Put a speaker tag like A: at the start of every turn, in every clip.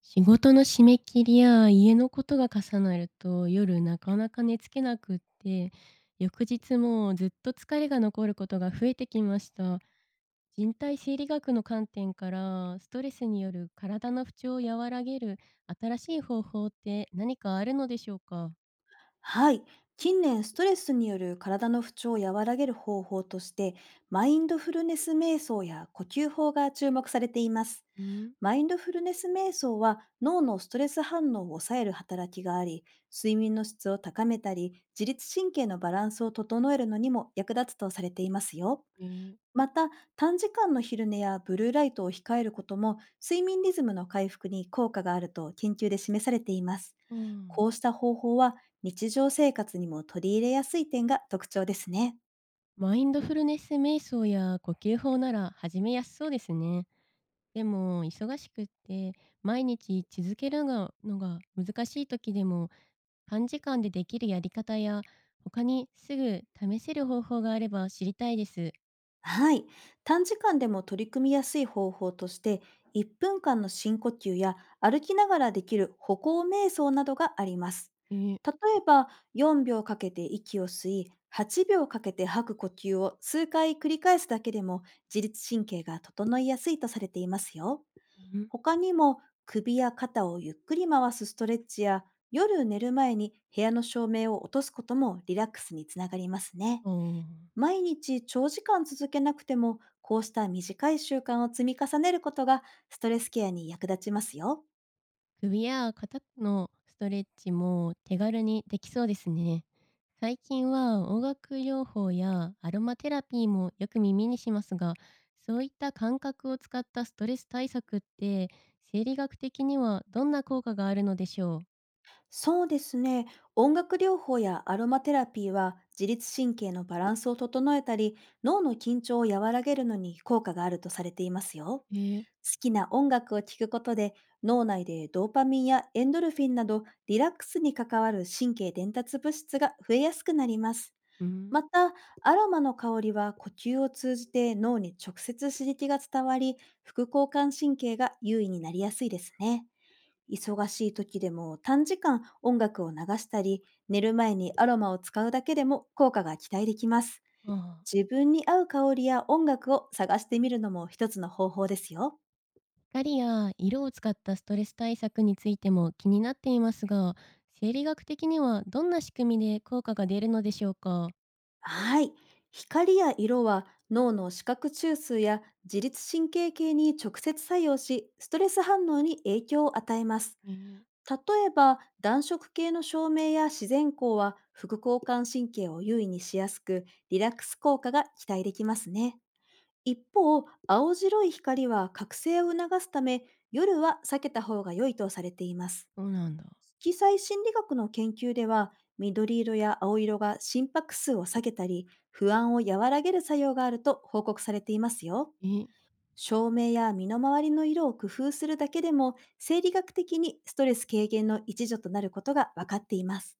A: 仕事の締め切りや家のことが重なると夜なかなか寝つけなくって、翌日もずっと疲れが残ることが増えてきました。人体生理学の観点から、ストレスによる体の不調を和らげる新しい方法って何かあるのでしょうか？
B: はい。近年、ストレスによる体の不調を和らげる方法として、マインドフルネス瞑想や呼吸法が注目されています。
A: うん。
B: マインドフルネス瞑想は脳のストレス反応を抑える働きがあり、睡眠の質を高めたり、自律神経のバランスを整えるのにも役立つとされていますよ。
A: えー。
B: また、短時間の昼寝やブルーライトを控えることも、睡眠リズムの回復に効果があると研究で示されています。
A: うん。
B: こうした方法は、日常生活にも取り入れやすい点が特徴ですね。
A: マインドフルネス瞑想や呼吸法なら始めやすそうですね。でも忙しくって、毎日続けるのが難しい時でも、短時間でできるやり方や他にすぐ試せる方法があれば知りたいです。
B: はい。短時間でも取り組みやすい方法として、1分間の深呼吸や歩きながらできる歩行瞑想などがあります。
A: えー。
B: 例えば、4秒かけて息を吸い、8秒かけて吐く呼吸を数回繰り返すだけでも、自律神経が整いやすいとされていますよ。
A: うん。
B: 他にも、首や肩をゆっくり回すストレッチや、夜寝る前に部屋の照明を落とすこともリラックスにつながりますね。
A: おー。
B: 毎日長時間続けなくても、こうした短い習慣を積み重ねることが、ストレスケアに役立ちますよ。
A: 首や肩のストレッチも手軽にできそうですね。最近は音楽療法やアロマテラピーもよく耳にしますが、そういった感覚を使ったストレス対策って生理学的にはどんな効果があるのでしょう？
B: そうですね。音楽療法やアロマテラピーは、自律神経のバランスを整えたり、脳の緊張を和らげるのに効果があるとされていますよ。
A: えー。
B: 好きな音楽を聴くことで、脳内でドーパミンやエンドルフィンなどリラックスに関わる神経伝達物質が増えやすくなります。
A: うん。
B: また、アロマの香りは呼吸を通じて脳に直接刺激が伝わり、副交感神経が優位になりやすいですね。忙しい時でも、短時間音楽を流したり、寝る前にアロマを使うだけでも効果が期待できます。
A: ああ。
B: 自分に合う香りや音楽を探してみるのも一つの方法ですよ。
A: 光や色を使ったストレス対策についても気になっていますが、生理学的にはどんな仕組みで効果が出るのでしょうか？
B: はい。光や色は脳の視覚中枢や自律神経系に直接作用し、ストレス反応に影響を与えます。
A: えー。
B: 例えば、暖色系の照明や自然光は副交感神経を優位にしやすく、リラックス効果が期待できますね。一方、青白い光は覚醒を促すため、夜は避けた方が良いとされています。
A: そうなんだ。
B: 色彩心理学の研究では、緑色や青色が心拍数を下げたり、不安を和らげる作用があると報告されていますよ。
A: えー。
B: 照明や身の回りの色を工夫するだけでも、生理学的にストレス軽減の一助となることが分かっています。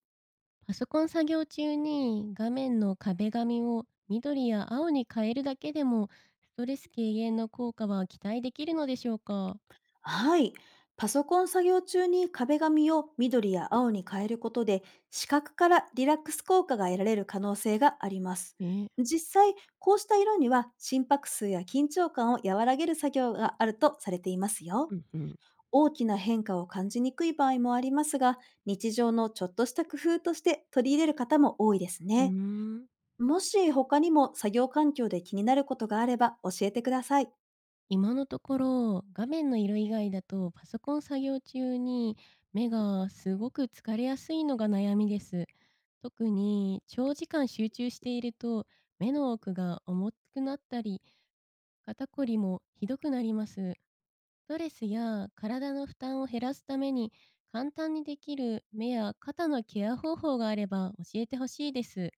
A: パソコン作業中に画面の壁紙を緑や青に変えるだけでもストレス軽減の効果は期待できるのでしょうか？
B: はい。パソコン作業中に壁紙を緑や青に変えることで、視覚からリラックス効果が得られる可能性があります。
A: えー。
B: 実際、こうした色には心拍数や緊張感を和らげる作業があるとされています
A: う
B: よ。
A: んうん。
B: 大きな変化を感じにくい場合もありますが、日常のちょっとした工夫として取り入れる方も多いです
A: うー
B: ね。
A: ん。
B: もし他にも作業環境で気になることがあれば、教えてください。
A: 今のところ画面の色以外だとパソコン作業中に目がすごく疲れやすいのが悩みです。特に長時間集中していると目の奥が重くなったり、肩こりもひどくなります。ストレスや体の負担を減らすために、簡単にできる目や肩のケア方法があれば教えてほしいです。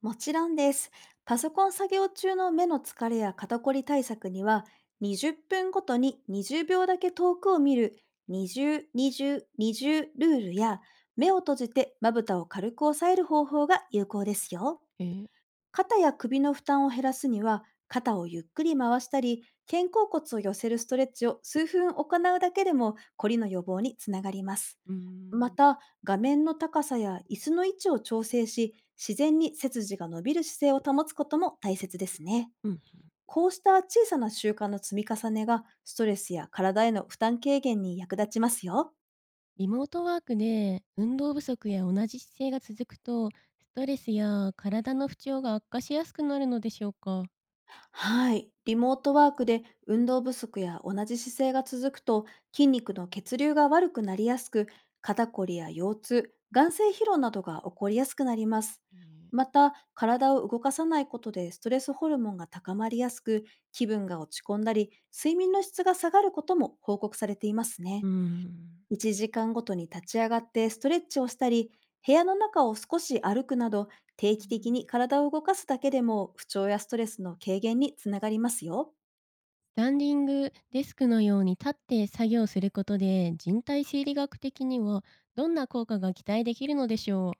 B: もちろんです。パソコン作業中の目の疲れや肩こり対策には、20分ごとに20秒だけ遠くを見る20、20、20ルールや、目を閉じてまぶたを軽く押さえる方法が有効ですよ。
A: えー。
B: 肩や首の負担を減らすには、肩をゆっくり回したり、肩甲骨を寄せるストレッチを数分行うだけでも、こりの予防につながります。
A: うー
B: ま
A: ん。
B: た、画面の高さや椅子の位置を調整し、自然に背筋が伸びる姿勢を保つことも大切ですね。
A: うん。
B: こうした小さな習慣の積み重ねが、ストレスや体への負担軽減に役立ちますよ。
A: リモートワークで運動不足や同じ姿勢が続くと、ストレスや体の不調が悪化しやすくなるのでしょうか？
B: はい。リモートワークで運動不足や同じ姿勢が続くと、筋肉の血流が悪くなりやすく、肩こりや腰痛、眼性疲労などが起こりやすくなります。
A: えー。
B: また、体を動かさないことでストレスホルモンが高まりやすく、気分が落ち込んだり、睡眠の質が下がることも報告されています
A: うー
B: ね。
A: ん。
B: 1時間ごとに立ち上がってストレッチをしたり、部屋の中を少し歩くなど、定
A: う
B: 期的
A: ん。
B: に体を動かすだけでも、不調やストレスの軽減につながりますよ。
A: スタンディングデスクのように立って作業することで、人体生理学的にはどんな効果が期待できるのでしょ？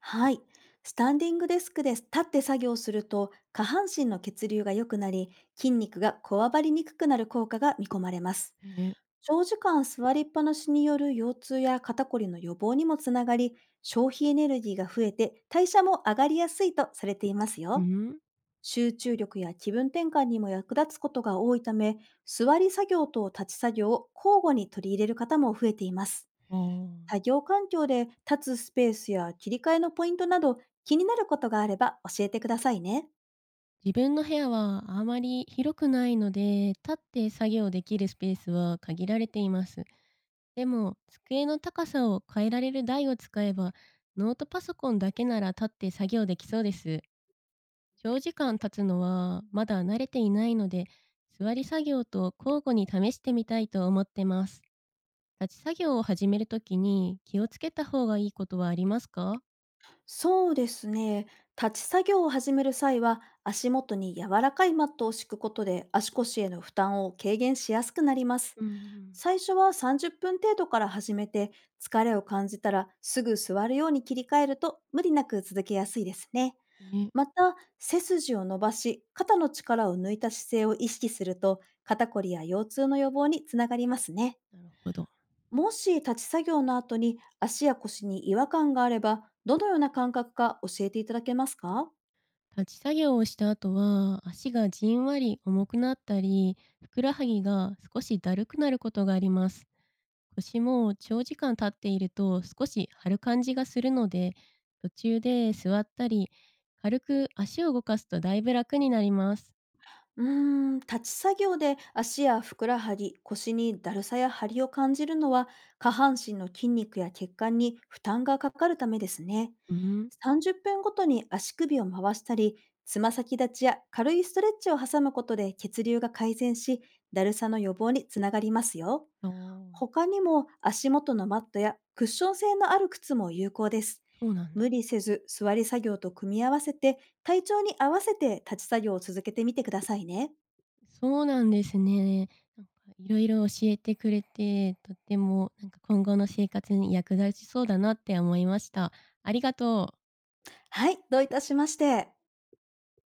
B: はい。スタンディングデスクで立って作業すると、下半身の血流が良くなり、筋肉がこわばりにくくなる効果が見込まれます。
A: え。ー
B: 長時間座りっぱなしによる腰痛や肩こりの予防にもつながり、消費エネルギーが増えて代謝も上がりやすいとされています
A: うう
B: よ。
A: ん。
B: 集中力や気分転換にも役立つことが多いため、座り作業と立ち作業を交互に取り入れる方も増えています。
A: ああ。
B: 作業環境で立つスペースや切り替えのポイントなど、気になることがあれば教えてくださいね。
A: 自分の部屋はあまり広くないので、立って作業できるスペースは限られています。でも、机の高さを変えられる台を使えば、ノートパソコンだけなら立って作業できそうです。長時間経つのはまだ慣れていないので、座り作業と交互に試してみたいと思ってます。立ち作業を始めるときに気をつけた方がいいことはありますか？
B: そうですね。立ち作業を始める際は、足元に柔らかいマットを敷くことで足腰への負担を軽減しやすくなります。
A: うん
B: 最初は30分程度から始めて、疲れを感じたらすぐ座るように切り替えると無理なく続けやすいですね。
A: うん。え、
B: また、背筋を伸ばし、肩の力を抜いた姿勢を意識すると、肩こりや腰痛の予防につながりますね。
A: なるほど。
B: もし立ち作業の後に足や腰に違和感があれば、どのような感覚か教えていただけますか？
A: 立ち作業をした後は足がじんわり重くなったり、ふくらはぎが少しだるくなることがあります。腰も長時間立っていると少し張る感じがするので、途中で座ったり、軽く足を動かすとだいぶ楽になります。
B: うー立ち作業で足やふくらはぎ、腰にだるさや張りを感じるのは、下半身の筋肉や血管に負担がかかるためですね。
A: うん。
B: 30分ごとに足首を回したり、つま先立ちや軽いストレッチを挟むことで血流が改善し、だるさの予防につながりますよ。
A: ああ。
B: 他にも、足元のマットやクッション性のある靴も有効です。
A: そうなん
B: 無
A: だ。
B: 理せず、座り作業と組み合わせて、体調に合わせて立ち作業を続けてみてくださいね。
A: そうなんですね。なんかいろいろ教えてくれて、とってもなんか今後の生活に役立ちそうだなって思いました。ありがとう。
B: はい、どういたしまして。